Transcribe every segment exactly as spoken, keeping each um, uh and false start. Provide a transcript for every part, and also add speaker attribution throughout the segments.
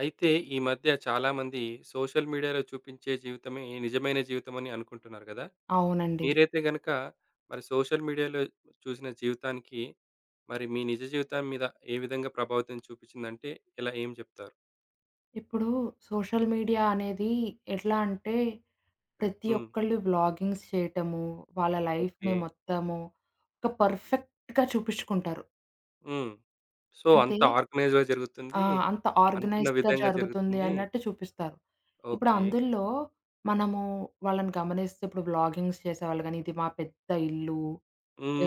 Speaker 1: అయితే ఈ మధ్య చాలామంది సోషల్ మీడియాలో చూపించే జీవితమే నిజమైన జీవితం అని అనుకుంటున్నారు కదా!
Speaker 2: అవునండి.
Speaker 1: మీరైతే గనక మరి సోషల్ మీడియాలో చూసిన జీవితానికి మరి మీ నిజ జీవితం మీద ఏ విధంగా ప్రభావితం చూపించిందంటే ఎలా ఏం చెప్తారు?
Speaker 2: ఇప్పుడు సోషల్ మీడియా అనేది ఎట్లా అంటే, ప్రతి
Speaker 1: హ్మ్.
Speaker 2: ఒక్కళ్ళు వ్లాగింగ్స్ చేయటము, వాళ్ళ
Speaker 1: ఓకే.
Speaker 2: లైఫ్‌ని మొత్తము ఒక పర్ఫెక్ట్‌గా చూపిచ్చుకుంటారు.
Speaker 1: హ్మ్. సో,
Speaker 2: అంటే
Speaker 1: అంతా ఆర్గనైజ్‌గా
Speaker 2: ఆ!
Speaker 1: జరుగుతుంది.
Speaker 2: అంత
Speaker 1: అనుకున్న
Speaker 2: ఆర్గనైజ్డ్‌గా
Speaker 1: విధంగా
Speaker 2: జరుగుతుంది
Speaker 1: జరుగుతుంది.
Speaker 2: అన్నట్టు చూపిస్తారు. ఇప్పుడు
Speaker 1: ఓకే.
Speaker 2: అందుల్లో మనము వాళ్ళని గమనిస్తే ఇప్పుడు వ్లాగింగ్స్ చేసేవాళ్ళు గాని, ఇది మా పెద్ద ఇల్లు,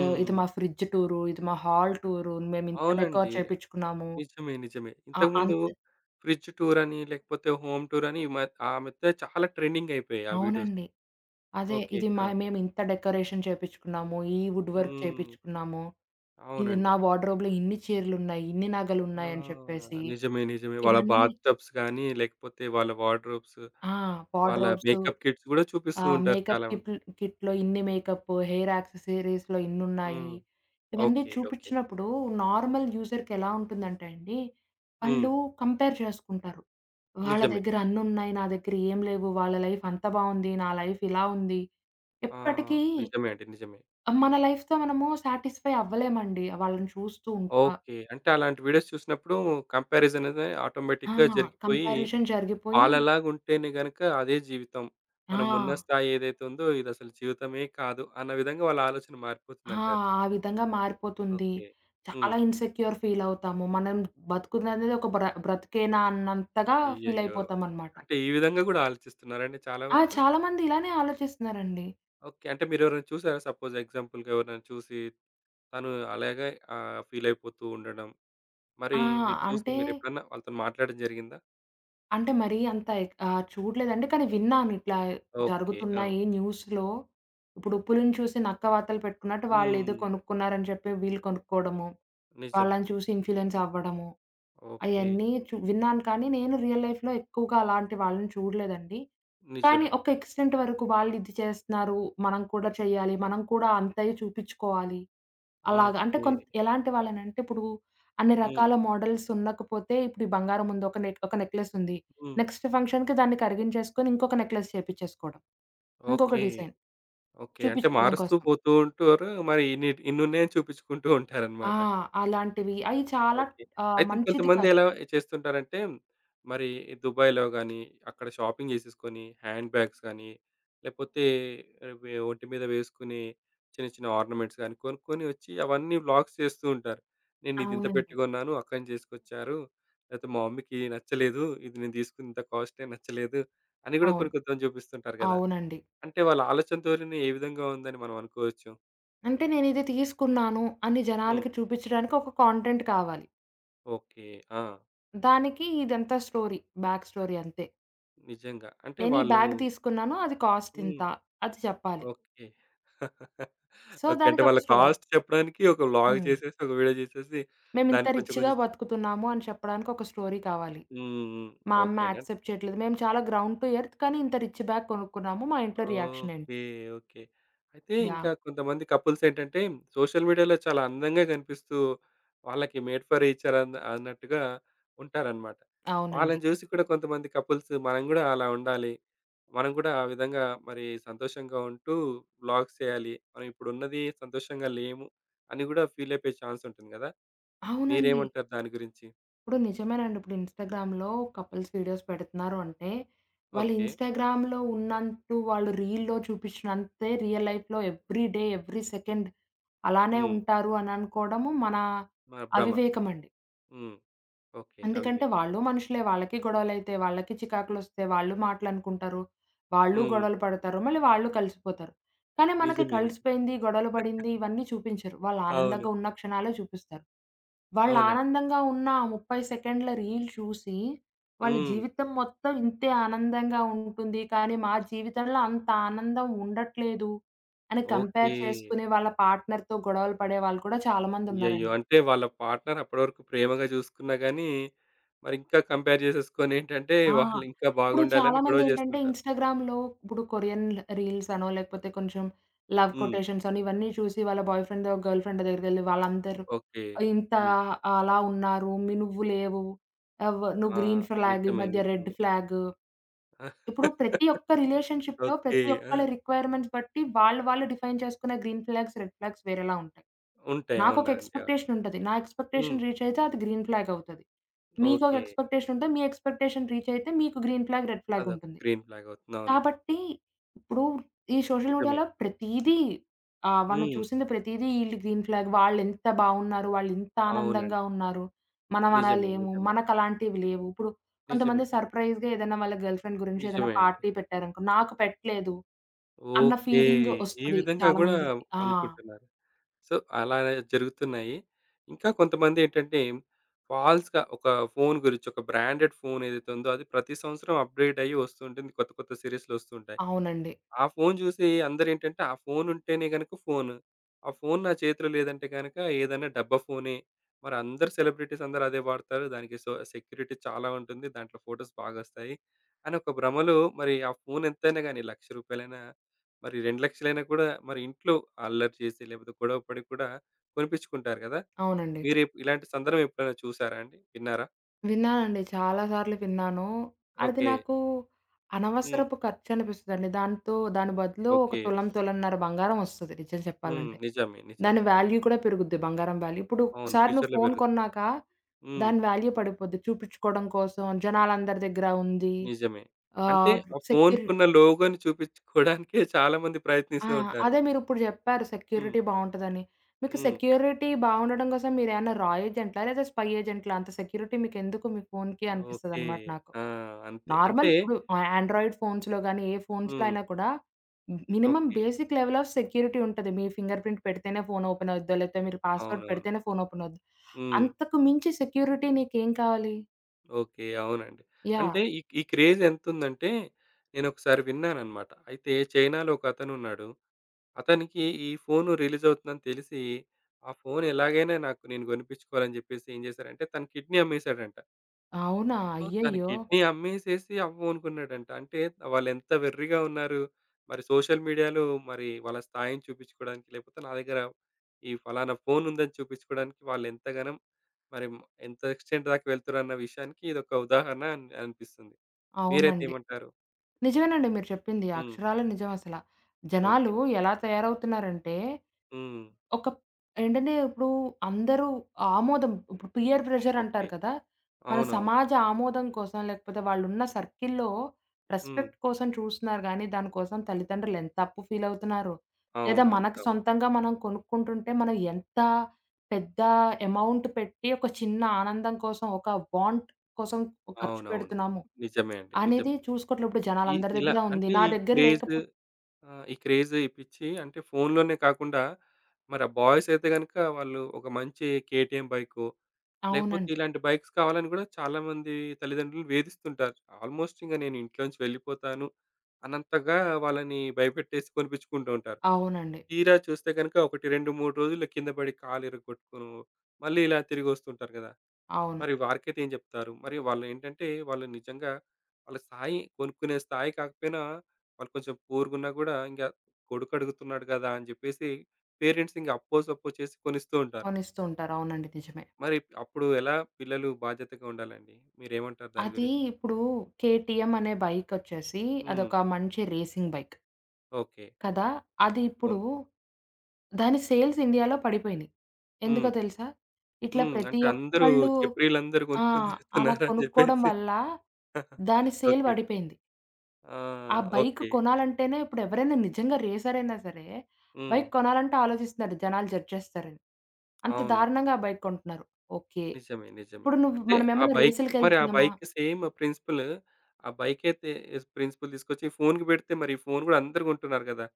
Speaker 2: ఆహ్, ఇది మా ఫ్రిడ్జ్ టూరు, ఇది మా హాల్ టూరు, మేమింత డెకోర్
Speaker 1: అవునండి.
Speaker 2: చేపిచ్చుకున్నాము.
Speaker 1: నిజమే, నిజమే.
Speaker 2: ఆ!
Speaker 1: ఇంతకుముందు
Speaker 2: అంత
Speaker 1: ఫ్రిడ్జ్ టూర్ అని, లేకపోతే హోమ్ టూర్ అని ఈ మ ఆ మధ్య చాలా ట్రెండింగ్ అయిపోయాయి ఆ వీడియోస్.
Speaker 2: అవునండి. అదే
Speaker 1: ఓకే.
Speaker 2: ఇది మా
Speaker 1: ఆ!
Speaker 2: మేమింత డెకరేషన్ చేపిచ్చుకున్నాము. ఈ వుడ్ వర్క్
Speaker 1: హ్మ్.
Speaker 2: చేపిచ్చుకున్నాము. ఇది
Speaker 1: అవునండి.
Speaker 2: నా వార్డ్‌రోబ్‌లో ఇన్ని చీరలున్నాయి, ఇన్ని
Speaker 1: ఆ!
Speaker 2: నగలున్నాయని చెప్పేసి
Speaker 1: నిజమే, నిజమే. వాళ్ళ
Speaker 2: ఇవన్నీ
Speaker 1: బాత్ టబ్స్ గాని, లేకపోతే వాళ్ళ వార్డ్‌రోబ్స్,
Speaker 2: ఆ!
Speaker 1: వాళ్ళ
Speaker 2: వార్డ్‌రోబ్స్,
Speaker 1: మేకప్ కిట్స్ గూడా చూపిస్తూ
Speaker 2: ఆహ్,
Speaker 1: ఉంటారు
Speaker 2: మేకప్
Speaker 1: చాలామంది.
Speaker 2: కిట్లు కిట్‌లో ఇన్ని మేకప్, హెయిర్ యాక్సెసరీస్‌లో ఇన్నున్నాయి.
Speaker 1: హ్మ్.
Speaker 2: ఇవన్నీ
Speaker 1: ఓకే. ఓకే.
Speaker 2: చూపిచ్చినప్పుడు నార్మల్ యూజర్‌కి ఎలా ఉంటుందంటే అండి,
Speaker 1: హ్మ్.
Speaker 2: వాళ్ళు కంపేర్ చేసుకుంటారు. వాళ్ళ
Speaker 1: నిజమే.
Speaker 2: దగ్గర అన్నున్నాయి, నా దగ్గర ఏం లేవు. వాళ్ళ లైఫ్ అంత బావుంది. నా లైఫ్ ఇలా ఉంది.
Speaker 1: ఆ!
Speaker 2: ఎప్పటికీ
Speaker 1: నిజమే అండి, నిజమే.
Speaker 2: మన లైఫ్‌తో మనము సాటిస్ఫై అవ్వలేమండి. వాళ్ళని చూస్తూ ఉంటా.
Speaker 1: ఓకే. అంటే అలాంటి వీడియోస్ చూసినప్పుడు కంపారిజన్ అనేది
Speaker 2: ఆ!
Speaker 1: ఆటోమేటిక్‌గా జరిగిపోయి
Speaker 2: కంపారిజన్ జరిగిపోయి
Speaker 1: వాళ్ళలాగుంటేనే గనక అదే జీవితం.
Speaker 2: ఆ!
Speaker 1: మనమున్న స్థాయి ఏదైతే ఉందో ఇదసలు జీవితమే కాదు అన్న విధంగా వాళ్ళ ఆలోచన
Speaker 2: ఆ!
Speaker 1: మారిపోతుందంటారు.
Speaker 2: ఆ విధంగా మారిపోతుంది.
Speaker 1: ఓకే. హ్మ్.
Speaker 2: చాలా ఇన్‌సెక్యూర్ ఫీల్ అవుతాము. మనం బతుకుతున్నది ఒక బ్ర బ్రతికేనా అన్నంతగా ఫీల్
Speaker 1: అయ్యయ్యో!
Speaker 2: అయిపోతామనమాట.
Speaker 1: అంటే ఈ విధంగా గూడా ఆలోచిస్తున్నారండి చాలా
Speaker 2: ఆ!
Speaker 1: వరకు?
Speaker 2: చాలా మంది ఇలానే ఆలోచిస్తున్నారండి.
Speaker 1: ఓకే. అంటే మీరెవరైనా చూసారా? సపోజ్ ఎగ్జాంపుల్‌గా ఎవరినైనా చూసి తను అలాగే ఆహ్, ఫీలయిపోతూ ఉండడం. మరి
Speaker 2: ఆ!
Speaker 1: మీరు
Speaker 2: అంటే,
Speaker 1: చూసి మీరెప్పుడన్నా వాళ్ళతోని మాట్లాడడం జరిగిందా?
Speaker 2: అంటే మరీ అంత ఎక్ ఆహ్, చూడలేదండి. కానీ విన్నాను ఇట్లా
Speaker 1: ఓకే. ఆ!
Speaker 2: జరుగుతున్నాయి న్యూస్‌లో. ఇప్పుడు పులిని చూసి నక్క వాతలు పెట్టుకున్నట్టు
Speaker 1: హ్మ్.
Speaker 2: వాళ్ళేదో కొనుక్కున్నారని చెప్పి వీళ్ళు కొనుక్కోవడము.
Speaker 1: నిజమే.
Speaker 2: వాళ్ళని చూసి ఇన్‌ఫ్లుయెన్స్ అవ్వడము.
Speaker 1: ఓకే.
Speaker 2: అయన్నీ చు విన్నాను కానీ నేను రియల్ లైఫ్‌లో ఎక్కువగా అలాంటి వాళ్ళని చూడలేదండి. కానీ
Speaker 1: నిజమే.
Speaker 2: ఒక ఎక్స్‌టెంట్ వరకు వాళ్ళిది చేస్తున్నారు. మనం కూడా చేయాలి. మనం కూడా అంతయు చూపించుకోవాలి. అలాగా అంటే
Speaker 1: ఓకే.
Speaker 2: కొంత్ ఎలాంటి వాళ్ళనంటే ఇప్పుడు అన్ని
Speaker 1: హ్మ్.
Speaker 2: రకాల మోడల్స్ ఉండకపోతే ఇప్పుడు ఈ బంగారం ఉంది. ఒక నెక్ ఒక నెక్లెస్ ఉంది.
Speaker 1: హ్మ్.
Speaker 2: నెక్స్ట్ ఫంక్షన్‌కి దాన్ని కరిగించేసుకొని ఇంకొక నెక్లెస్ చేపించేసుకోవడం. ఇంకొక
Speaker 1: ఓకే.
Speaker 2: Design
Speaker 1: okay. అంటే
Speaker 2: చూపించుకోవడం
Speaker 1: మారుస్తూ
Speaker 2: కోసం.
Speaker 1: పోతూ ఉంటారు. మరి ఇన్ని ఇన్నున్నాయని చూపించుకుంటూ
Speaker 2: ఆ!
Speaker 1: ఉంటారనమాట.
Speaker 2: అలాంటివి అయి చాలా
Speaker 1: ఓకే.
Speaker 2: ఆహ్,
Speaker 1: అయితే
Speaker 2: మంచిది
Speaker 1: ఇంకొంతమంది
Speaker 2: కాదు.
Speaker 1: ఎలా చేస్తుంటారంటే, మరి దుబాయ్‌లో గాని, అక్కడ షాపింగ్ చేసేసుకొని హ్యాండ్ బ్యాగ్స్ గాని, లేపోతే వె ఒంటి మీద వేసుకునే చిన్న చిన్న ఆర్నమెంట్స్ గాని కొనుక్కొని వచ్చి అవన్నీ వ్లాగ్స్ చేస్తూ ఉంటారు. నేను ఇది ఇంత పెట్టి
Speaker 2: అవునండి.
Speaker 1: కొన్నాను, అక్కడి నుంచి తీసుకొచ్చారు. లేకపోతే మా మమ్మీకి నచ్చలేదు. ఇది నేను తీసుకున్న ఇంత కాస్టే నచ్చలేదు అని కూడా కొన్ని
Speaker 2: అవును.
Speaker 1: కొంతమంది చూపిస్తుంటారు కదా!
Speaker 2: అవునండి.
Speaker 1: అంటే వాళ్ళ ఆలోచన ధోరణి ఏ విధంగా ఉందని మనం అనుకోవచ్చు?
Speaker 2: అంటే నేనిది తీసుకున్నాను అని
Speaker 1: హ్మ్.
Speaker 2: జనాలకి చూపిచ్చడానికి ఒక కాంటెంట్ కావాలి.
Speaker 1: ఓకే. ఆ!
Speaker 2: దానికి ఇదంతా స్టోరీ, బ్యాక్ స్టోరీ అంతే.
Speaker 1: నిజంగా. అంటే
Speaker 2: నేను ఈ
Speaker 1: వాళ్ళు
Speaker 2: బ్యాగ్ తీసుకున్నాను. అది కాస్ట్ ఇంత
Speaker 1: హ్మ్.
Speaker 2: అది చెప్పాలి.
Speaker 1: ఓకే.
Speaker 2: So,
Speaker 1: okay. అంటే
Speaker 2: దానికొక
Speaker 1: వాళ్ళ
Speaker 2: స్టోరీ.
Speaker 1: కాస్ట్ చెప్పడానికి ఒక వ్లాగ్
Speaker 2: హ్మ్.
Speaker 1: చేసేసి, ఒక వీడియో చేసేసి దానికి
Speaker 2: మేమింత
Speaker 1: కొంచెం
Speaker 2: రిచ్‌గా
Speaker 1: కొంచెం
Speaker 2: బతుకుతున్నాము అని చెప్పడానికి ఒక స్టోరీ కావాలి.
Speaker 1: హ్మ్. హ్మ్.
Speaker 2: మా
Speaker 1: ఓకే
Speaker 2: అమ్మ
Speaker 1: అండి.
Speaker 2: యాక్సెప్ట్ చేయట్లేదు. మేము చాలా గ్రౌండ్ టు ఎర్త్ కానీ ఇంత రిచ్ బ్యాగ్ కొనుక్కున్నాము. మా ఇంట్లో రియాక్షన్ ఏంటి?
Speaker 1: ఓకే. ఓకే. అయితే ఇంకా
Speaker 2: యాహ్!
Speaker 1: కొంతమంది కపుల్స్ ఏంటంటే సోషల్ మీడియాలో చాలా అందంగా కనిపిస్తూ వాళ్ళకి మేడ్ ఫర్ ఈచ్ అద్ అన్నట్టుగా ఉంటారన్నమాట.
Speaker 2: అవునండి.
Speaker 1: వాళ్ళని చూసి కూడా కొంతమంది కపుల్స్ మనం కూడా అలా ఉండాలి. మనం కూడా ఆ విధంగా మరి సంతోషంగా ఉంటూ వ్లాగ్స్ చేయాలి. మనం ఇప్పుడున్నది సంతోషంగా లేము అని కూడా ఫీల్ అయిపోయే ఛాన్స్ ఉంటుంది కదా!
Speaker 2: అవునండి.
Speaker 1: మీరేమంటారు దాని గురించి?
Speaker 2: ఇప్పుడు నిజమేనండి. ఇప్పుడు ఇన్‌స్టాగ్రామ్‌లో కపుల్స్ వీడియోస్ పెడుతున్నారు అంటే, వాళ్ళు
Speaker 1: ఓకే.
Speaker 2: ఇన్‌స్టాగ్రామ్‌లో ఉన్నంటు వాళ్ళు రీల్‌లో చూపించినంతే రియల్ లైఫ్‌లో ఎవ్రీ డే, ఎవ్రీ సెకండ్ అలానే
Speaker 1: హ్మ్.
Speaker 2: ఉంటారు అని అనుకోవడము మన
Speaker 1: మన భ్రమ.
Speaker 2: అవివేకమండి.
Speaker 1: హ్మ్. ఓకే. అవివే.
Speaker 2: ఎందుకంటే వాళ్ళు మనుషులే. వాళ్ళకి గొడవలైతాయి. వాళ్ళకి చికాకులొస్తాయి. వాళ్ళు మాటలనుకుంటారు. వాళ్ళు
Speaker 1: హ్మ్.
Speaker 2: గొడవలు పడతారు. మళ్ళీ వాళ్ళు కలిసిపోతారు. కానీ మనకి
Speaker 1: నిజమే, నిజమే.
Speaker 2: కలిసిపోయింది, గొడవలు పడింది ఇవన్నీ చూపించరు. వాళ్ళు
Speaker 1: అవును.
Speaker 2: ఆనందంగా ఉన్న క్షణాలే చూపిస్తారు. వాళ్ళు
Speaker 1: అవునండి.
Speaker 2: ఆనందంగా ఉన్న ఆ ముప్పై సెకండ్ల రీల్ చూసి వాళ్ళ
Speaker 1: హ్మ్.
Speaker 2: జీవితం మొత్తం ఇంతే ఆనందంగా ఉంటుంది. కానీ మా జీవితంలో అంత ఆనందం ఉండట్లేదు అని
Speaker 1: ఓకే.
Speaker 2: కంపేర్ చేసుకుని వాళ్ళ పార్ట్నర్‌తో గొడవలు పడే వాళ్ళు కూడా
Speaker 1: అయ్యయ్యో!
Speaker 2: చాలామందున్నారండి.
Speaker 1: అంటే వాళ్ళ పార్ట్నర్ అప్పటివరకు ప్రేమగా చూసుకున్నా గానీ, మరింకా కంపేర్ చేసేసుకొనేంటంటే,
Speaker 2: ఆ!
Speaker 1: వాళ్ళింకా
Speaker 2: ఇప్పుడు
Speaker 1: బాగుండాలని గొడవ
Speaker 2: చాలామందేంటంటే
Speaker 1: చేస్తుంటారు.
Speaker 2: ఇన్‌స్టాగ్రామ్‌లో ఇప్పుడు కొరియన్ రీల్స్ అనో, లేకపోతే కొంచెం లవ్
Speaker 1: హ్మ్.
Speaker 2: కొటేషన్స్ అని ఇవన్నీ చూసి వాళ్ళ బాయ్ ఫ్రెండ్, గర్ల్ ఫ్రెండ్ దగ్గరికెళ్ళి వాళ్ళందరూ
Speaker 1: ఓకే.
Speaker 2: ఇంత
Speaker 1: హ్మ్.
Speaker 2: అలా ఉన్నారు. మీ నువ్వు లేవు. అవ్ నువ్వు
Speaker 1: ఆ!
Speaker 2: గ్రీన్ ఫ్లాగ్, ఈ
Speaker 1: నిజమే,
Speaker 2: మధ్య రెడ్
Speaker 1: నిజమే.
Speaker 2: ఫ్లాగ్. ఇప్పుడు ప్రతి ఒక్క రిలేషన్‌షిప్‌లో
Speaker 1: ఓకే.
Speaker 2: ప్రతి
Speaker 1: ఆ!
Speaker 2: ఒక్కళ్ళ రిక్వైర్‌మెంట్స్ బట్టి వాళ్ళు వాళ్ళు డిఫైన్ చేసుకునే గ్రీన్ ఫ్లాగ్స్, రెడ్ ఫ్లాగ్స్ వేరేలా ఉంటాయి.
Speaker 1: ఉంటాయి.
Speaker 2: నాకొక
Speaker 1: అవునా అండి. అవును.
Speaker 2: ఎక్స్‌పెక్టేషన్ ఉంటది. నా
Speaker 1: హ్మ్.
Speaker 2: ఎక్స్‌పెక్టేషన్ రీచ్ అయితే అది గ్రీన్ ఫ్లాగ్ అవుతది. మీకొక
Speaker 1: ఓకే.
Speaker 2: ఎక్స్‌పెక్టేషన్ ఉంటే మీ ఎక్స్‌పెక్టేషన్ రీచ్ అయితే మీకు గ్రీన్ ఫ్లాగ్, రెడ్ ఫ్లాగ్
Speaker 1: అదొక
Speaker 2: ఉంటుంది.
Speaker 1: గ్రీన్ ఫ్లాగ్ అవుతుంది. అవును.
Speaker 2: కాబట్టి ఇప్పుడు ఈ సోషల్
Speaker 1: నిజమే.
Speaker 2: మీడియాలో ప్రతీదీ ఆ! వాళ్ళు
Speaker 1: హ్మ్.
Speaker 2: చూసింది ప్రతీదీ ఈళ్ళు గ్రీన్ ఫ్లాగ్. వాళ్ళెంత బావున్నారు, వాళ్ళెంత ఆనందంగా
Speaker 1: అవునండి.
Speaker 2: ఉన్నారు. మనం అలా
Speaker 1: నిజమే,
Speaker 2: లేము.
Speaker 1: నిజమే.
Speaker 2: మనకలాంటివి లేవు. ఇప్పుడు
Speaker 1: నిజమే.
Speaker 2: కొంతమంది సర్‌ప్రైజ్‌గా ఏదైనా వాళ్ళ గర్ల్ ఫ్రెండ్ గురించి ఏదైనా
Speaker 1: నిజమే అండి.
Speaker 2: పార్టీ పెట్టారనుకో, నాకు పెట్టలేదు అన్న
Speaker 1: ఓకే.
Speaker 2: ఫీలింగ్
Speaker 1: ఈ
Speaker 2: ఒస్తది
Speaker 1: విధంగా
Speaker 2: చాలా
Speaker 1: గూడా
Speaker 2: మందికి. ఆ!
Speaker 1: అనుకుంటున్నారు. సో, అలానే జరుగుతున్నాయి. ఇంకా కొంతమందేంటంటే, ఫాల్స్‌గా ఒక ఫోను గురించి, ఒక బ్రాండెడ్ ఫోనేదైతే ఉందో, అది ప్రతి సంవత్సరం అప్‌గ్రేడ్ అయ్యి వస్తూ ఉంటుంది. కొత్త కొత్త సీరీస్‌లొస్తుంటాయి.
Speaker 2: అవునండి.
Speaker 1: ఆ ఫోను జూసి అందరేంటంటే, ఆ ఫోనుంటేనే గనుక ఫోను. ఆ ఫోను నా చేతిలో లేదంటే గనక ఏదైనా డబ్బా ఫోనే. మరి అందరు సెలబ్రిటీస్ అందరూ అదే వాడతారు. దానికి సో సెక్యూరిటీ చాలా ఉంటుంది. దాంట్లో ఫోటోస్ బాగొస్తాయి అని ఒక భ్రమలో మరి ఆ ఫోను ఎంతైనా గాని ఒక లక్ష రూపాయలు మరి రెండు లక్షలు కూడా మరి ఇంట్లో అల్లరి చేసి లేకపోతే గొడవ పడి కూడా కొనిపించుకుంటారు గదా!
Speaker 2: అవునండి.
Speaker 1: మీరు ఇప్ ఇలాంటి సందర్భం ఎప్పుడైనా చూసారా అండి? విన్నారా?
Speaker 2: విన్నానండి. చాలా సార్లు విన్నాను. అది
Speaker 1: ఓకే.
Speaker 2: నాకు
Speaker 1: హ్మ్.
Speaker 2: అనవసరపు ఖర్చనిపిస్తదండి. దాంతో దాని బదులు ఒక
Speaker 1: ఓకే.
Speaker 2: తులం, తులంన్నర బంగారం ఒస్తది నిజం
Speaker 1: హ్మ్.
Speaker 2: చెప్పాలంటే.
Speaker 1: నిజమే,
Speaker 2: దాని
Speaker 1: నిజమే.
Speaker 2: వాల్యూ కూడా పెరుగుద్ది బంగారం వాల్యూ. ఇప్పుడు
Speaker 1: అవును.
Speaker 2: ఒక్కసారి నువ్వు
Speaker 1: ఫ్యూచర్‌లో
Speaker 2: ఫోను
Speaker 1: పెరుగుద్ది.
Speaker 2: కొన్నాక
Speaker 1: హ్మ్.
Speaker 2: దాని వాల్యూ పడిపోద్ది. చూపిచ్చుకోవడం కోసం జనాలందరి దగ్గర ఉంది.
Speaker 1: నిజమే. అంటే
Speaker 2: ఆహ్,
Speaker 1: ఆ
Speaker 2: సెక్యూరి
Speaker 1: ఫోనుకున్న లోగోని చూపించుకోవడానికే చాలా మంది
Speaker 2: ఆ!
Speaker 1: ప్రయత్నిస్తూ ఉంటారు.
Speaker 2: అదే మీరిప్పుడు జెప్పారు
Speaker 1: హ్మ్.
Speaker 2: సెక్యూరిటీ బావుంటదని. మీకు
Speaker 1: హ్మ్.
Speaker 2: సెక్యూరిటీ బావుండడం కోసం మీరేమన్నా రా ఏజెంట్‌లా? లేదా స్పై ఏజెంట్‌లా? అంత సెక్యూరిటీ మీకెందుకు మీ ఫోన్‌కి
Speaker 1: ఓకే.
Speaker 2: అనిపిస్తదనమాట నాకు.
Speaker 1: ఆ! అంతే.
Speaker 2: నార్మల్
Speaker 1: అంటే
Speaker 2: ఇప్పుడు ఆహ్, ఆండ్రాయిడ్ ఫోన్స్‌లో గానీ, ఏ ఫోన్స్‌లో
Speaker 1: హ్మ్.
Speaker 2: అయినా కూడా మ్ minimum
Speaker 1: okay.
Speaker 2: Basic level of security ఉంటది. మీ ఫింగర్ ప్రింట్ పెడితేనే ఫోన్ ఓపెన్ అవుద్దో, లేతే మీరు పాస్‌వర్డ్
Speaker 1: అవునవును.
Speaker 2: పెడితేనే ఫోన్ ఓపెన్ అవుద్ది.
Speaker 1: హ్మ్.
Speaker 2: అంతకు మించి సెక్యూరిటీ నీకేం కావాలి?
Speaker 1: ఓకే. అవునండి.
Speaker 2: యాహ్!
Speaker 1: అంటే ఈ ఈ క్రేజ్ ఎంతుందంటే నేనొకసారి విన్నానన్నమాట. అయితే చైనాలో ఒకతనున్నాడు. అతనికి ఈ ఫోను రిలీజ్ అవుతుందని తెలిసి, ఆ ఫోను ఎలాగైనా నాకు నేను కొనిపించుకోవాలని చెప్పేసి ఏం చేశారంటే తన కిడ్నీ అమ్మేసాడంట.
Speaker 2: అవునా?
Speaker 1: సో, తన
Speaker 2: అయ్యయ్యో!
Speaker 1: కిడ్నీ అమ్మేసేసి అవ్వమనుకున్నాడంట. అంటే వాళ్ళెంత వెర్రిగా ఉన్నారు. మరి సోషల్ మీడియాలో మరి వాళ్ళ స్థాయిని చూపించుకోవడానికి, లేకపోతే నా దగ్గర ఈ ఫలానా ఫోనుందని చూపించుకోవడానికి వాళ్ళెంతగనం మరి మ్ ఎంత ఎక్స్‌టెంట్ దాకా వెళ్తురన్న విషయానికి ఇదొక ఉదాహరణ అని అనిపిస్తుంది. మీరైతే
Speaker 2: అవునండి.
Speaker 1: ఏమంటారు?
Speaker 2: నిజమేనండి మీరు చెప్పింది.
Speaker 1: హ్మ్.
Speaker 2: అక్షరాల నిజం అసల. జనాలు
Speaker 1: ఓకే.
Speaker 2: ఎలా తయారవుతున్నారంటే,
Speaker 1: హ్మ్.
Speaker 2: ఒక ఏంటంటే ఇప్పుడు అందరూ ఆమోదం ఇప్పుడు పియర్ ప్రెషర్
Speaker 1: ఓకే.
Speaker 2: అంటారు కదా! మన
Speaker 1: అవునవును.
Speaker 2: సమాజ ఆమోదం కోసం లేకపోతే వాళ్ళున్న సర్కిల్‌లో
Speaker 1: హ్మ్.
Speaker 2: రెస్పెక్ట్ కోసం చూస్తున్నారు గానీ, దానికోసం తల్లిదండ్రులు ఎంత అప్పు ఫీల్ అవుతున్నారు. లేదా
Speaker 1: అవునండి.
Speaker 2: మనకు
Speaker 1: అవును.
Speaker 2: సొంతంగా మనం కొనుక్కుంటుంటే మనం ఎంత పెద్ద అమౌంట్ పెట్టి ఒక చిన్న ఆనందం కోసం, ఒక వాంట్ కోసం ఖర్చు
Speaker 1: అవునవును.
Speaker 2: పెడుతున్నాము.
Speaker 1: నిజమే అండి. నిజం.
Speaker 2: అనేది చూసుకోవట్లేదు. ఇప్పుడు
Speaker 1: ఇ
Speaker 2: జనాలందరి
Speaker 1: ఇలా
Speaker 2: దగ్గర ఉంది.
Speaker 1: అంటే
Speaker 2: నా
Speaker 1: ఈ
Speaker 2: దగ్గర
Speaker 1: క్రేజ్
Speaker 2: లేకపో
Speaker 1: ఆ! ఈ క్రేజ్, ఈ పిచ్చి అంటే ఫోనులోనే కాకుండా మరి ఆ బాయ్స్ అయితే గనుక వాళ్ళు ఒక మంచి కేటీఎం బైకో, లేకపోతే
Speaker 2: అవునండి.
Speaker 1: ఇలాంటి బైక్స్ కావాలని గూడా చాలామంది తల్లిదండ్రులు వేధిస్తుంటారు. ఆల్‌మోస్ట్ ఇంక నేను ఇంట్లో నుంచి వెళ్ళిపోతాను అన్నంతగా వాళ్ళని భయపెట్టేసి కొనిపించుకుంటూ ఉంటారు.
Speaker 2: అవునండి.
Speaker 1: తీరా చూస్తే గనుక ఒకటి రెండు, మూడు రోజులు కింద పడి కాలు ఇరగ్గొట్టుకును మళ్ళీ ఇలా తిరిగొస్తుంటారు గదా!
Speaker 2: అవును.
Speaker 1: మరి వారికైతే ఏం చెప్తారు? మరి వాళ్ళేంటంటే, వాళ్ళు నిజంగా వాళ్ళ స్థాయి కొనుక్కునే స్థాయి కాకపోయినా, వాళ్ళు కొంచెం పూర్‌గున్నా గూడా ఇంగ కొడుకు అడుగుతున్నాడు గదా అని జెప్పేసి పేరెంట్స్ ఇంగ అప్పో, సప్పో చేసి కొనిస్తూ ఉంటారు.
Speaker 2: కొనిస్తూ ఉంటారు. అవునండి. నిజమే.
Speaker 1: మరి అప్పుడు ఎలా పిల్లలు బాధ్యతగా ఉండాలండి? మీరేమంటారు దాని
Speaker 2: అది
Speaker 1: గురించి?
Speaker 2: ఇప్పుడు 'కేటీఎం' అనే బైకొచ్చేసి
Speaker 1: హ్మ్.
Speaker 2: అదొక మంచి రేసింగ్ బైక్
Speaker 1: ఓకే.
Speaker 2: కదా! అది ఇప్పుడు
Speaker 1: అవును.
Speaker 2: దాని సేల్స్ ఇండియాలో పడిపోయినియి. ఎందుకో
Speaker 1: హ్మ్.
Speaker 2: తెలుసా? ఇట్లా
Speaker 1: హ్మ్.
Speaker 2: ప్రతి
Speaker 1: అంటే అందరూ
Speaker 2: ఒక్కళ్ళు
Speaker 1: చప్రీలందరూ
Speaker 2: ఆ!
Speaker 1: కొనుక్కొని
Speaker 2: అలా
Speaker 1: తిరుగుతున్నారని
Speaker 2: కొనుక్కోవడం
Speaker 1: జెప్పేసి
Speaker 2: వల్ల దాని సేల్
Speaker 1: ఓకే.
Speaker 2: పడిపోయింది.
Speaker 1: ఆ!
Speaker 2: ఆ బైక్
Speaker 1: ఓకే.
Speaker 2: కొనాలంటేనే ఇప్పుడు ఎవరైనా నిజంగా రేసరైనా సరే,
Speaker 1: హ్మ్.
Speaker 2: బైక్ కొనాలంటే ఆలోచిస్తున్నారు జనాలు జడ్జ్ చేస్తారని. అంత
Speaker 1: అవును.
Speaker 2: దారుణంగా ఆ బైక్ కొంటున్నారు. ఓకే.
Speaker 1: నిజమే, నిజమే.
Speaker 2: ఇప్పుడు నువ్వు
Speaker 1: అంటే ఆ
Speaker 2: మనమేమన్నా
Speaker 1: బైక్ మరి ఆ
Speaker 2: రేసులకెళ్తున్నామా?
Speaker 1: బైక్ సేమ్ ప్రిన్సిపల్, ఆ బైకైతే స్ ప్రిన్సిపల్ తీసుకొచ్చి ఫోన్‌కి పెడితే మరి ఫోన్ గూడా అందరూ కొంటున్నారు గదా!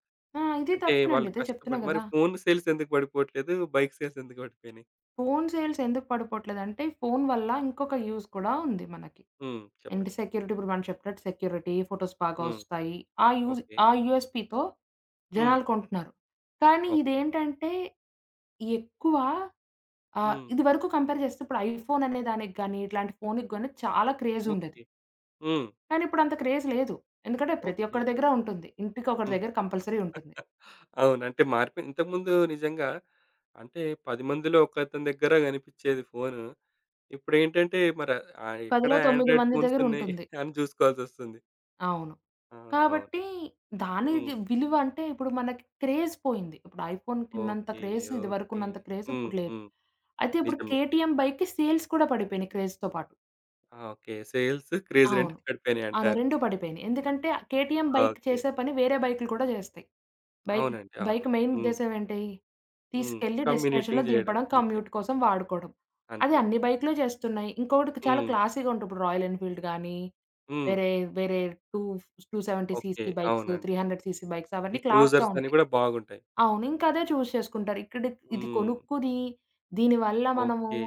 Speaker 2: ఆ! ఇది
Speaker 1: అంటే
Speaker 2: తప్పేనండి.
Speaker 1: వాళ్ళు
Speaker 2: ఇదే చెప్తున్నా
Speaker 1: కష్టపడి మరి
Speaker 2: గదా!
Speaker 1: ఫోన్ సేల్స్ ఎందుకు పడిపోవట్లేదు? బైక్ సేల్స్ ఎందుకు పడిపోయినాయి?
Speaker 2: ఫోను సేల్స్ ఎందుకు పడిపోవట్లేదంటే, ఫోను వల్ల ఇంకొక యూజ్ కూడా ఉంది మనకి.
Speaker 1: హ్మ్.
Speaker 2: ఏంటి
Speaker 1: చెప్పండి.
Speaker 2: సెక్యూరిటీ ఇప్పుడు మనం చెప్పినట్టు సెక్యూరిటీ, ఫోటోస్ బాగా
Speaker 1: హ్మ్.
Speaker 2: వస్తాయి. ఆ యూజ్
Speaker 1: ఓకే.
Speaker 2: ఆ యూఎస్‌పీతో
Speaker 1: హ్మ్.
Speaker 2: జనాలు కొంటున్నారు. కానీ
Speaker 1: ఓకే.
Speaker 2: ఇదేంటంటే ఎక్కువ ఆ!
Speaker 1: హ్మ్.
Speaker 2: ఇదివరకు కంపేర్ చేస్తే ఇప్పుడు ఐఫోన్ అనే దానికి గాని, ఇట్లాంటి ఫోన్‌కి గాని చాలా క్రేజ్ ఉండేది.
Speaker 1: ఓకే. హ్మ్.
Speaker 2: కానీ ఇప్పుడంత క్రేజ్ లేదు. ఎందుకంటే ప్రతి
Speaker 1: ఓకే.
Speaker 2: ఒక్కడి దగ్గర ఉంటుంది. ఇంటికొకడి
Speaker 1: హ్మ్.
Speaker 2: దగ్గర కంపల్సరీ ఉంటుంది.
Speaker 1: అవును. అంటే మారిపోయింది. ఇంతకుముందు నిజంగా అంటే పది మందిలో ఒకతని దగ్గర కనిపిచ్చేది ఫోను. ఇప్పుడేంటంటే మరి ఆహ్, ఎక్కడ
Speaker 2: పదిలో తొమ్మిది
Speaker 1: ఆండ్రాయిడ్
Speaker 2: మంది
Speaker 1: ఫోన్స్
Speaker 2: దగ్గర
Speaker 1: ఉన్నాయి
Speaker 2: ఉంటుంది.
Speaker 1: అని చూసుకోవాల్సొస్తుంది.
Speaker 2: అవును.
Speaker 1: అవును, అవును.
Speaker 2: కాబట్టి దాని
Speaker 1: హ్మ్.
Speaker 2: విలువ అంటే ఇప్పుడు మనకి క్రేజ్ పోయింది. ఇప్పుడు ఐఫోన్‌కున్నంత
Speaker 1: ఓకే.
Speaker 2: Craze
Speaker 1: okay.
Speaker 2: ఇదివరకున్నంత క్రేజ్
Speaker 1: హ్మ్.
Speaker 2: ఇప్పుడు లేదు.
Speaker 1: హ్మ్.
Speaker 2: అయితే ఇప్పుడు
Speaker 1: నిజమే.
Speaker 2: కేటీఎం బైక్‌కి సేల్స్ కూడా పడిపోయినాయి క్రేజ్‌తో పాటు.
Speaker 1: ఆ! ఓకే. సేల్స్ క్రేజ్
Speaker 2: అవును.
Speaker 1: రెంట్‌కి
Speaker 2: అవును.
Speaker 1: పడిపోయినాయంటారు.
Speaker 2: రెండూ పడిపోయినాయి. ఎందుకంటే కేటీఎం బైక్
Speaker 1: ఓకే.
Speaker 2: చేసే పని వేరే బైక్‌లు కూడా చేస్తాయి. బైక్
Speaker 1: అవునండి. అవును.
Speaker 2: బైక్ మెయిన్
Speaker 1: హ్మ్.
Speaker 2: ఉద్దేశ్యం ఏంటి?
Speaker 1: హ్మ్.
Speaker 2: తీసుకెళ్ళి డెస్టినేషన్‌లో
Speaker 1: కమ్యూనిటీంగ్ జేయడం.
Speaker 2: దింపడం,
Speaker 1: అంతే.
Speaker 2: కమ్యూట్ కోసం వాడుకోవడం. అది
Speaker 1: అంతే.
Speaker 2: అన్ని బైక్‌లు చేస్తున్నాయి. ఇంకొకటి చాలా
Speaker 1: హ్మ్.
Speaker 2: క్లాసీ‌గా ఉంటాయి. ఇప్పుడు రాయల్ ఎన్‌ఫీల్డ్ గానీ,
Speaker 1: హ్మ్.
Speaker 2: వేరే వేరే టూ రెండు వందల డెబ్భై
Speaker 1: ఓకే.
Speaker 2: సీసీ బైక్స్,
Speaker 1: అవునండి.
Speaker 2: మూడు వందల సీసీ బైక్స్
Speaker 1: ఈ
Speaker 2: అవన్నీ క్లాస్‌గా
Speaker 1: క్రూజర్స్ అని
Speaker 2: ఉంటాయి.
Speaker 1: గూడా బాగుంటాయి.
Speaker 2: అవును. ఇంకా అదే చూజ్ చేసుకుంటారు. ఇక్కడ ఇది
Speaker 1: హ్మ్.
Speaker 2: కొనుక్కుని దీనివల్ల మనము
Speaker 1: ఓకే.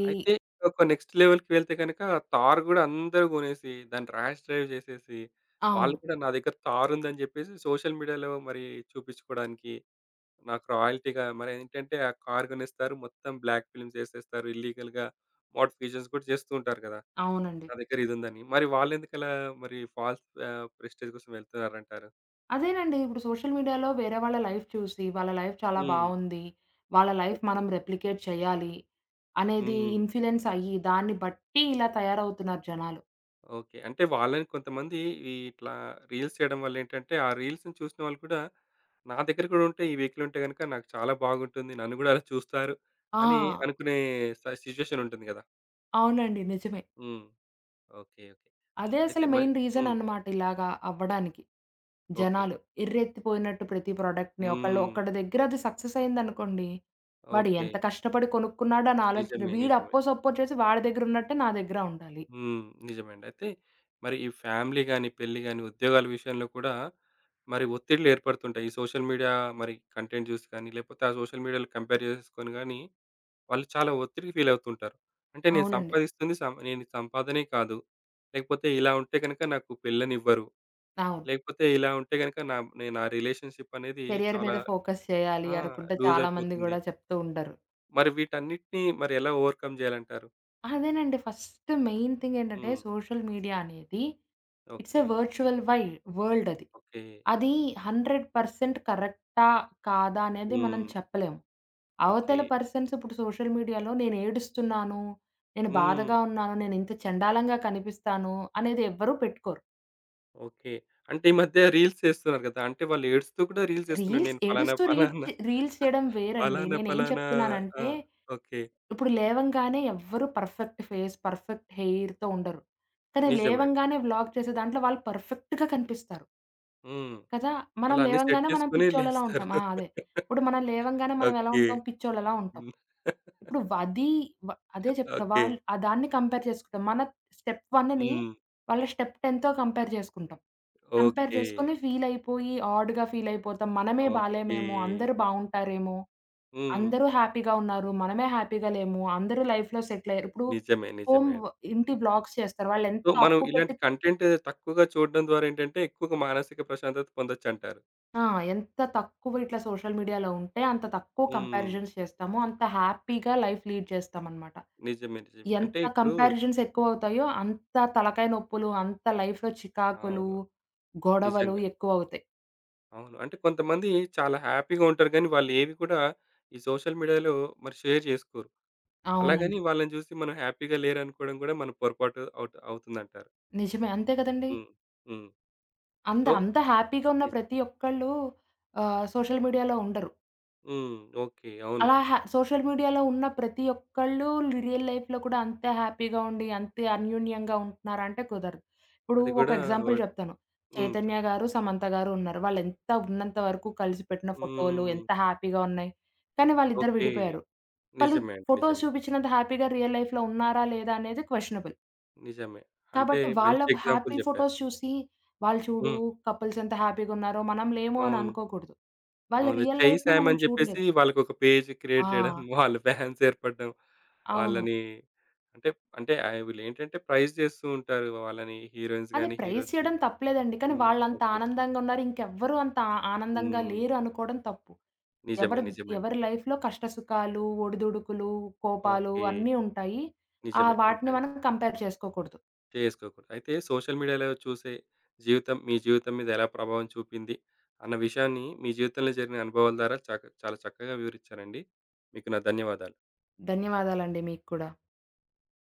Speaker 2: ఈ
Speaker 1: అయితే ఒక నెక్స్ట్ లెవెల్‌కి వెళ్తే గనక థార్ గూడా అందరూ గొనేసి దాన్ని ర్యాష్ డ్రైవ్ జేసేసి వాళ్ళు
Speaker 2: అవును.
Speaker 1: కూడా నా దగ్గర థార్ ఉందని జెప్పేసి సోషల్ మీడియాలో మరి చూపించుకోవడానికి నాకు రాయల్టీగా మరేంటంటే ఆ కార్ కొనేస్తారు. మొత్తం బ్లాక్ ఫిల్మ్స్ ఏసేస్తారు. ఇల్లీగల్‌గా మోడిఫికేషన్స్ కూడా చేస్తూ ఉంటారు కదా!
Speaker 2: అవునండి.
Speaker 1: నా దగ్గర ఇదుందని. మరి వాళ్ళెందుకలా మరి ఫాల్స్ ఆహ్, ప్రెస్టీజ్ కోసం వెళ్తున్నారంటారు?
Speaker 2: అదేనండి. ఇప్పుడు సోషల్ మీడియాలో వేరే వాళ్ళ లైఫ్ చూసి, వాళ్ళ లైఫ్ చాలా
Speaker 1: హ్మ్.
Speaker 2: బావుంది. వాళ్ళ లైఫ్
Speaker 1: ఓకే.
Speaker 2: మనం రెప్లికేట్ చేయాలి అనేది
Speaker 1: హ్మ్.
Speaker 2: ఇన్‌ఫ్లుయెన్స్ అయ్యి, దాన్ని బట్టి ఇలా తయారవుతున్నారు జనాలు.
Speaker 1: ఓకే. అంటే వాళ్ళని కొంతమంది ఈ ఇట్లా రీల్స్ చేయడం వల్లేంటంటే, ఆ రీల్స్‌ని చూసిన వాళ్ళు కూడా నా దగ్గర కూడా ఉంటే ఈ వెహికలుంటే గనుక నాకు చాలా బాగుంటుంది. నన్ను కూడా అలా చూస్తారు అని
Speaker 2: ఆ!
Speaker 1: అనుకునే స సిట్యుయేషన్ ఉంటుంది కదా!
Speaker 2: అవునండి. నిజమే.
Speaker 1: హ్మ్. ఓకే. ఓకే.
Speaker 2: అదే
Speaker 1: అయితే
Speaker 2: అసలు
Speaker 1: మరి
Speaker 2: మెయిన్ రీజన్
Speaker 1: హ్మ్.
Speaker 2: అన్నమాట ఇలాగా అవ్వడానికి.
Speaker 1: ఓకే.
Speaker 2: జనాలు ఎర్రెత్తిపోయినట్టు ప్రతి ప్రొడక్ట్‌ని ఒకళ్ళు
Speaker 1: హ్మ్.
Speaker 2: ఒకడి దగ్గర అది సక్సెస్ అయిందనుకోండి, వాడు
Speaker 1: ఓకే.
Speaker 2: ఎంత కష్టపడి కొనుక్కున్నాడో అని ఆలోచన.
Speaker 1: నిజమే,
Speaker 2: వీడు
Speaker 1: నిజమే.
Speaker 2: అప్పో సప్పో చేసి వాడి దగ్గర ఉన్నట్టే నా దగ్గర ఉండాలి.
Speaker 1: హ్మ్. నిజమేండి. అయితే మరి ఈ ఫ్యామిలీ గాని, పెళ్లి గాని, ఉద్యోగాల విషయంలో కూడా మరి ఒత్తిడులు ఏర్పడుతుంటాయి. ఈ సోషల్ మీడియా మరి కంటెంట్ చూసి కానీ, లేకపోతే ఆ సోషల్ మీడియాలో కంపేర్ చేసేసుకొని గాని, వాళ్ళు చాలా ఒత్తిడికి ఫీల్ అవుతుంటారు. అంటే నేను
Speaker 2: అవునండి.
Speaker 1: సంపాదిస్తుంది సం నేను సంపాదనే కాదు. లేకపోతే ఇలా ఉంటే గనుక నాకు పెళ్ళనివ్వరు.
Speaker 2: అవును.
Speaker 1: లేకపోతే ఇలా ఉంటే గనుక నా నేను నా రిలేషన్‌షిప్ అనేది
Speaker 2: కెరియర్
Speaker 1: చాలా
Speaker 2: మీద ఫోకస్ చేయాలి
Speaker 1: ఆ!
Speaker 2: అనుకుంటే
Speaker 1: లూజ్
Speaker 2: చాలామంది
Speaker 1: అయిపోతుంది.
Speaker 2: గూడా చెప్తూ ఉంటారు.
Speaker 1: మరి వీటన్నిటిని మరి ఎలా ఓవర్‌కమ్ చేయాలంటారు?
Speaker 2: అదేనండి ఫస్ట్ మెయిన్ థింగ్ ఏంటంటే
Speaker 1: హ్మ్.
Speaker 2: సోషల్ మీడియా అనేది it's
Speaker 1: okay.
Speaker 2: A virtual why world అది.
Speaker 1: ఓకే.
Speaker 2: అది వంద శాతం కరెక్టా? కాదా? అనేది మనం
Speaker 1: హ్మ్.
Speaker 2: చెప్పలేము.
Speaker 1: ఓకే.
Speaker 2: అవతల పర్సన్స్ ఇప్పుడు సోషల్ మీడియాలో నేను ఏడుస్తున్నాను, నేను
Speaker 1: హ్మ్.
Speaker 2: బాధగా ఉన్నాను, నేను ఇంత చెండాలంగా కనిపిస్తాను అనేది ఎవ్వరూ పెట్టుకోరు.
Speaker 1: ఓకే. అంటే ఈ మధ్య రీల్స్ చేస్తున్నారు గదా! అంటే వాళ్ళు ఏడుస్తూ కూడా రీల్స్ చేస్తున్నారు.
Speaker 2: రీల్స్
Speaker 1: నేను ఫలానా,
Speaker 2: ఏడుస్తూ రీల్స్
Speaker 1: ఫలానా,
Speaker 2: రీల్స్ చేయడం వేరండి.
Speaker 1: ఫలానా,
Speaker 2: నేనేం
Speaker 1: ఫలానా ఆ!
Speaker 2: చెప్తున్నానంటే
Speaker 1: ఓకే.
Speaker 2: ఇప్పుడు లేవంగానే ఎవ్వరు పర్ఫెక్ట్ ఫేస్, పర్ఫెక్ట్ హెయిర్‌తో ఉండరు. కానీ
Speaker 1: నిజమే అండి.
Speaker 2: లేవంగానే వ్లాగ్ చేసే దాంట్లో వాళ్ళు పర్ఫెక్ట్‌గా కనిపిస్తారు.
Speaker 1: హ్మ్.
Speaker 2: కదా! మనం
Speaker 1: వాళ్ళన్నీ సెట్
Speaker 2: లేవంగానే మనం
Speaker 1: చేసుకొని
Speaker 2: పిచ్చోళ్ళలా
Speaker 1: లేస్తారు.
Speaker 2: ఉంటాం. ఆ! అదే. ఇప్పుడు మనం లేవంగానే మనం ఎలా
Speaker 1: ఓకే.
Speaker 2: ఉంటాం? పిచ్చోళ్ళలా ఉంటాం.
Speaker 1: హ్మ్.
Speaker 2: ఇప్పుడు వ అది వ అదే చెప్తున్నా.
Speaker 1: ఓకే.
Speaker 2: వాళ్ళు ఆ దాన్ని కంపేర్ చేసుకుంటాం. మన స్టెప్ ఒకటి
Speaker 1: హ్మ్.
Speaker 2: వాళ్ళ స్టెప్ పదితో కంపేర్ చేసుకుంటాం. Compare
Speaker 1: okay.
Speaker 2: చేసుకొని ఫీల్ అయిపోయి ఆడ్‌గా ఫీల్ అయిపోతాం. మనమే
Speaker 1: ఓకే.
Speaker 2: బాలేమేమో! అందరూ బావుంటారేమో!
Speaker 1: హ్మ్.
Speaker 2: అందరూ హ్యాపీగా ఉన్నారు. మనమే హ్యాపీగా లేము. అందరూ లైఫ్‌లో సెటిల్ అయ్యారు. ఇప్పుడు
Speaker 1: నిజమే,
Speaker 2: హోమ్
Speaker 1: నిజమే అండి.
Speaker 2: వ ఇంటి వ్లాగ్స్ చేస్తారు. వాళ్ళెంత
Speaker 1: సో, మనం
Speaker 2: అప్పు
Speaker 1: ఇలాంటి
Speaker 2: పెట్టి
Speaker 1: కంటెంట్ తక్కువగా చూడడం ద్వారా ఏంటంటే, ఎక్కువగా మానసిక ప్రశాంతత పొందొచ్చంటారు.
Speaker 2: ఆ! ఎంత తక్కువ ఇట్లా సోషల్ మీడియాలో ఉంటే అంత తక్కువ
Speaker 1: హ్మ్.
Speaker 2: కంపారిజన్స్ చేస్తాము. అంత హ్యాపీగా లైఫ్ లీడ్ చేస్తామనమాట.
Speaker 1: నిజమే, నిజమే. అంటే
Speaker 2: ఎంత
Speaker 1: ఇప్పుడు
Speaker 2: కంపారిజన్స్ ఎక్కువవుతాయో అంత తలకాయ నొప్పులు, అంత లైఫ్‌లో చికాకులు,
Speaker 1: అవును.
Speaker 2: గొడవలు
Speaker 1: నిజంగా.
Speaker 2: ఎక్కువవుతాయి.
Speaker 1: అవును. అంటే కొంతమంది చాలా హ్యాపీగా ఉంటారు గానీ, వాళ్ళు ఏవి కూడా ఈ సోషల్ మీడియాలో మరి షేర్ చేసుకోరు. అలాగని
Speaker 2: అవునండి.
Speaker 1: వాళ్ళని చూసి మనం హ్యాపీగా లేరనుకోవడం కూడా మన పొరపాటు అవుతు అవుతుందంటారు.
Speaker 2: నిజమే. అంతే కదండీ!
Speaker 1: హ్మ్. హ్మ్.
Speaker 2: అంద
Speaker 1: సో
Speaker 2: అంత హ్యాపీగా ఉన్న
Speaker 1: నిజ్
Speaker 2: ప్రతి ఒక్కళ్ళు ఆహ్, సోషల్ మీడియాలో ఉండరు.
Speaker 1: హ్మ్. ఓకే. అవును.
Speaker 2: అలా హ్యా సోషల్ మీడియాలో ఉన్న ప్రతి ఒక్కళ్ళు రియల్ లైఫ్‌లో కూడా అంతే హ్యాపీగా ఉండి, అంతే అన్యోన్యంగా ఉంటున్నారంటే కుదరదు. ఇప్పుడు
Speaker 1: అది
Speaker 2: ఒక
Speaker 1: కూడా వ
Speaker 2: ఎగ్జాంపుల్ చెప్తాను.
Speaker 1: హ్మ్.
Speaker 2: 'చైతన్య'
Speaker 1: చెప్పండి.
Speaker 2: గారు, 'సమంత' గారు ఉన్నారు. వాళ్ళెంత ఉన్నంత వరకు కలిసి పెట్టిన ఫోటోలు
Speaker 1: హ్మ్.
Speaker 2: ఎంత హ్యాపీగా ఉన్నాయి. కానీ వాళ్ళిద్దరు
Speaker 1: ఓకే.
Speaker 2: విడిపోయారు. వాళ్ళు
Speaker 1: నిజమే అండి.
Speaker 2: ఫోటోస్
Speaker 1: నిజమే,
Speaker 2: చూపించినంత హ్యాపీగా రియల్ లైఫ్‌లో ఉన్నారా? లేదా? అనేది క్వెషనబుల్.
Speaker 1: నిజమే. అంటే
Speaker 2: కాబట్టి వాళ్ళ
Speaker 1: మంచి
Speaker 2: హ్యాపీ
Speaker 1: ఎగ్జాంపుల్ చెప్పారు.
Speaker 2: ఫోటోస్ చూసి వాళ్ళు చూడు
Speaker 1: హ్మ్.
Speaker 2: కపుల్స్ ఎంత హ్యాపీగా ఉన్నారో మనం లేము అని
Speaker 1: అవును.
Speaker 2: అనుకోకూడదు. వాళ్ళ
Speaker 1: అవును.
Speaker 2: రియల్
Speaker 1: చెయ్యి
Speaker 2: లైఫ్‌ని
Speaker 1: సామ్
Speaker 2: మనం
Speaker 1: అని జెప్పేసి
Speaker 2: చూడలేదు.
Speaker 1: వాళ్ళకొక పేజ్ క్రియేట్
Speaker 2: ఆ!
Speaker 1: జేయడం. వాళ్ళ ఫ్యాన్స్ ఏర్పడడం.
Speaker 2: అవును.
Speaker 1: వాళ్ళని అంటే అంటే ఆహ్, వీళ్ళేంటంటే ప్రైజ్ జేస్తూ ఉంటారు. వాళ్ళని హీరోయిన్స్
Speaker 2: అదే
Speaker 1: గాని,
Speaker 2: ప్రైజ్
Speaker 1: హీరోస్‌ని.
Speaker 2: చేయడం తప్పులేదండి. కానీ
Speaker 1: హ్మ్.
Speaker 2: వాళ్ళంత
Speaker 1: ఓకే.
Speaker 2: ఆనందంగా ఉన్నారు. ఇంకెవ్వరు అంత ఆ ఆనందంగా
Speaker 1: హ్మ్.
Speaker 2: లేరు అనుకోవడం తప్పు.
Speaker 1: నిజమే,
Speaker 2: ఎవరు
Speaker 1: నిజమండి.
Speaker 2: ఎవరి లైఫ్‌లో కష్ట సుఖాలు, ఒడిదుడుకులు, కోపాలు
Speaker 1: ఓకే.
Speaker 2: అన్నీ ఉంటాయి. ఆ
Speaker 1: నిజమే.
Speaker 2: వాటిని
Speaker 1: ఉంటాయి.
Speaker 2: మనం కంపేర్ చేసుకోకూడదు.
Speaker 1: చేసుకోకూడదు. అయితే సోషల్ మీడియాలో చూసే జీవితం మీ జీవితం మీద ఎలా ప్రభావం చూపింది అన్న విషయాన్ని మీ జీవితంలో జరిగిన అనుభవాల ద్వారా చక చాలా చక్కగా వివరించారండి. మీకు నా ధన్యవాదాలు.
Speaker 2: ధన్యవాదాలండి మీకు కూడా.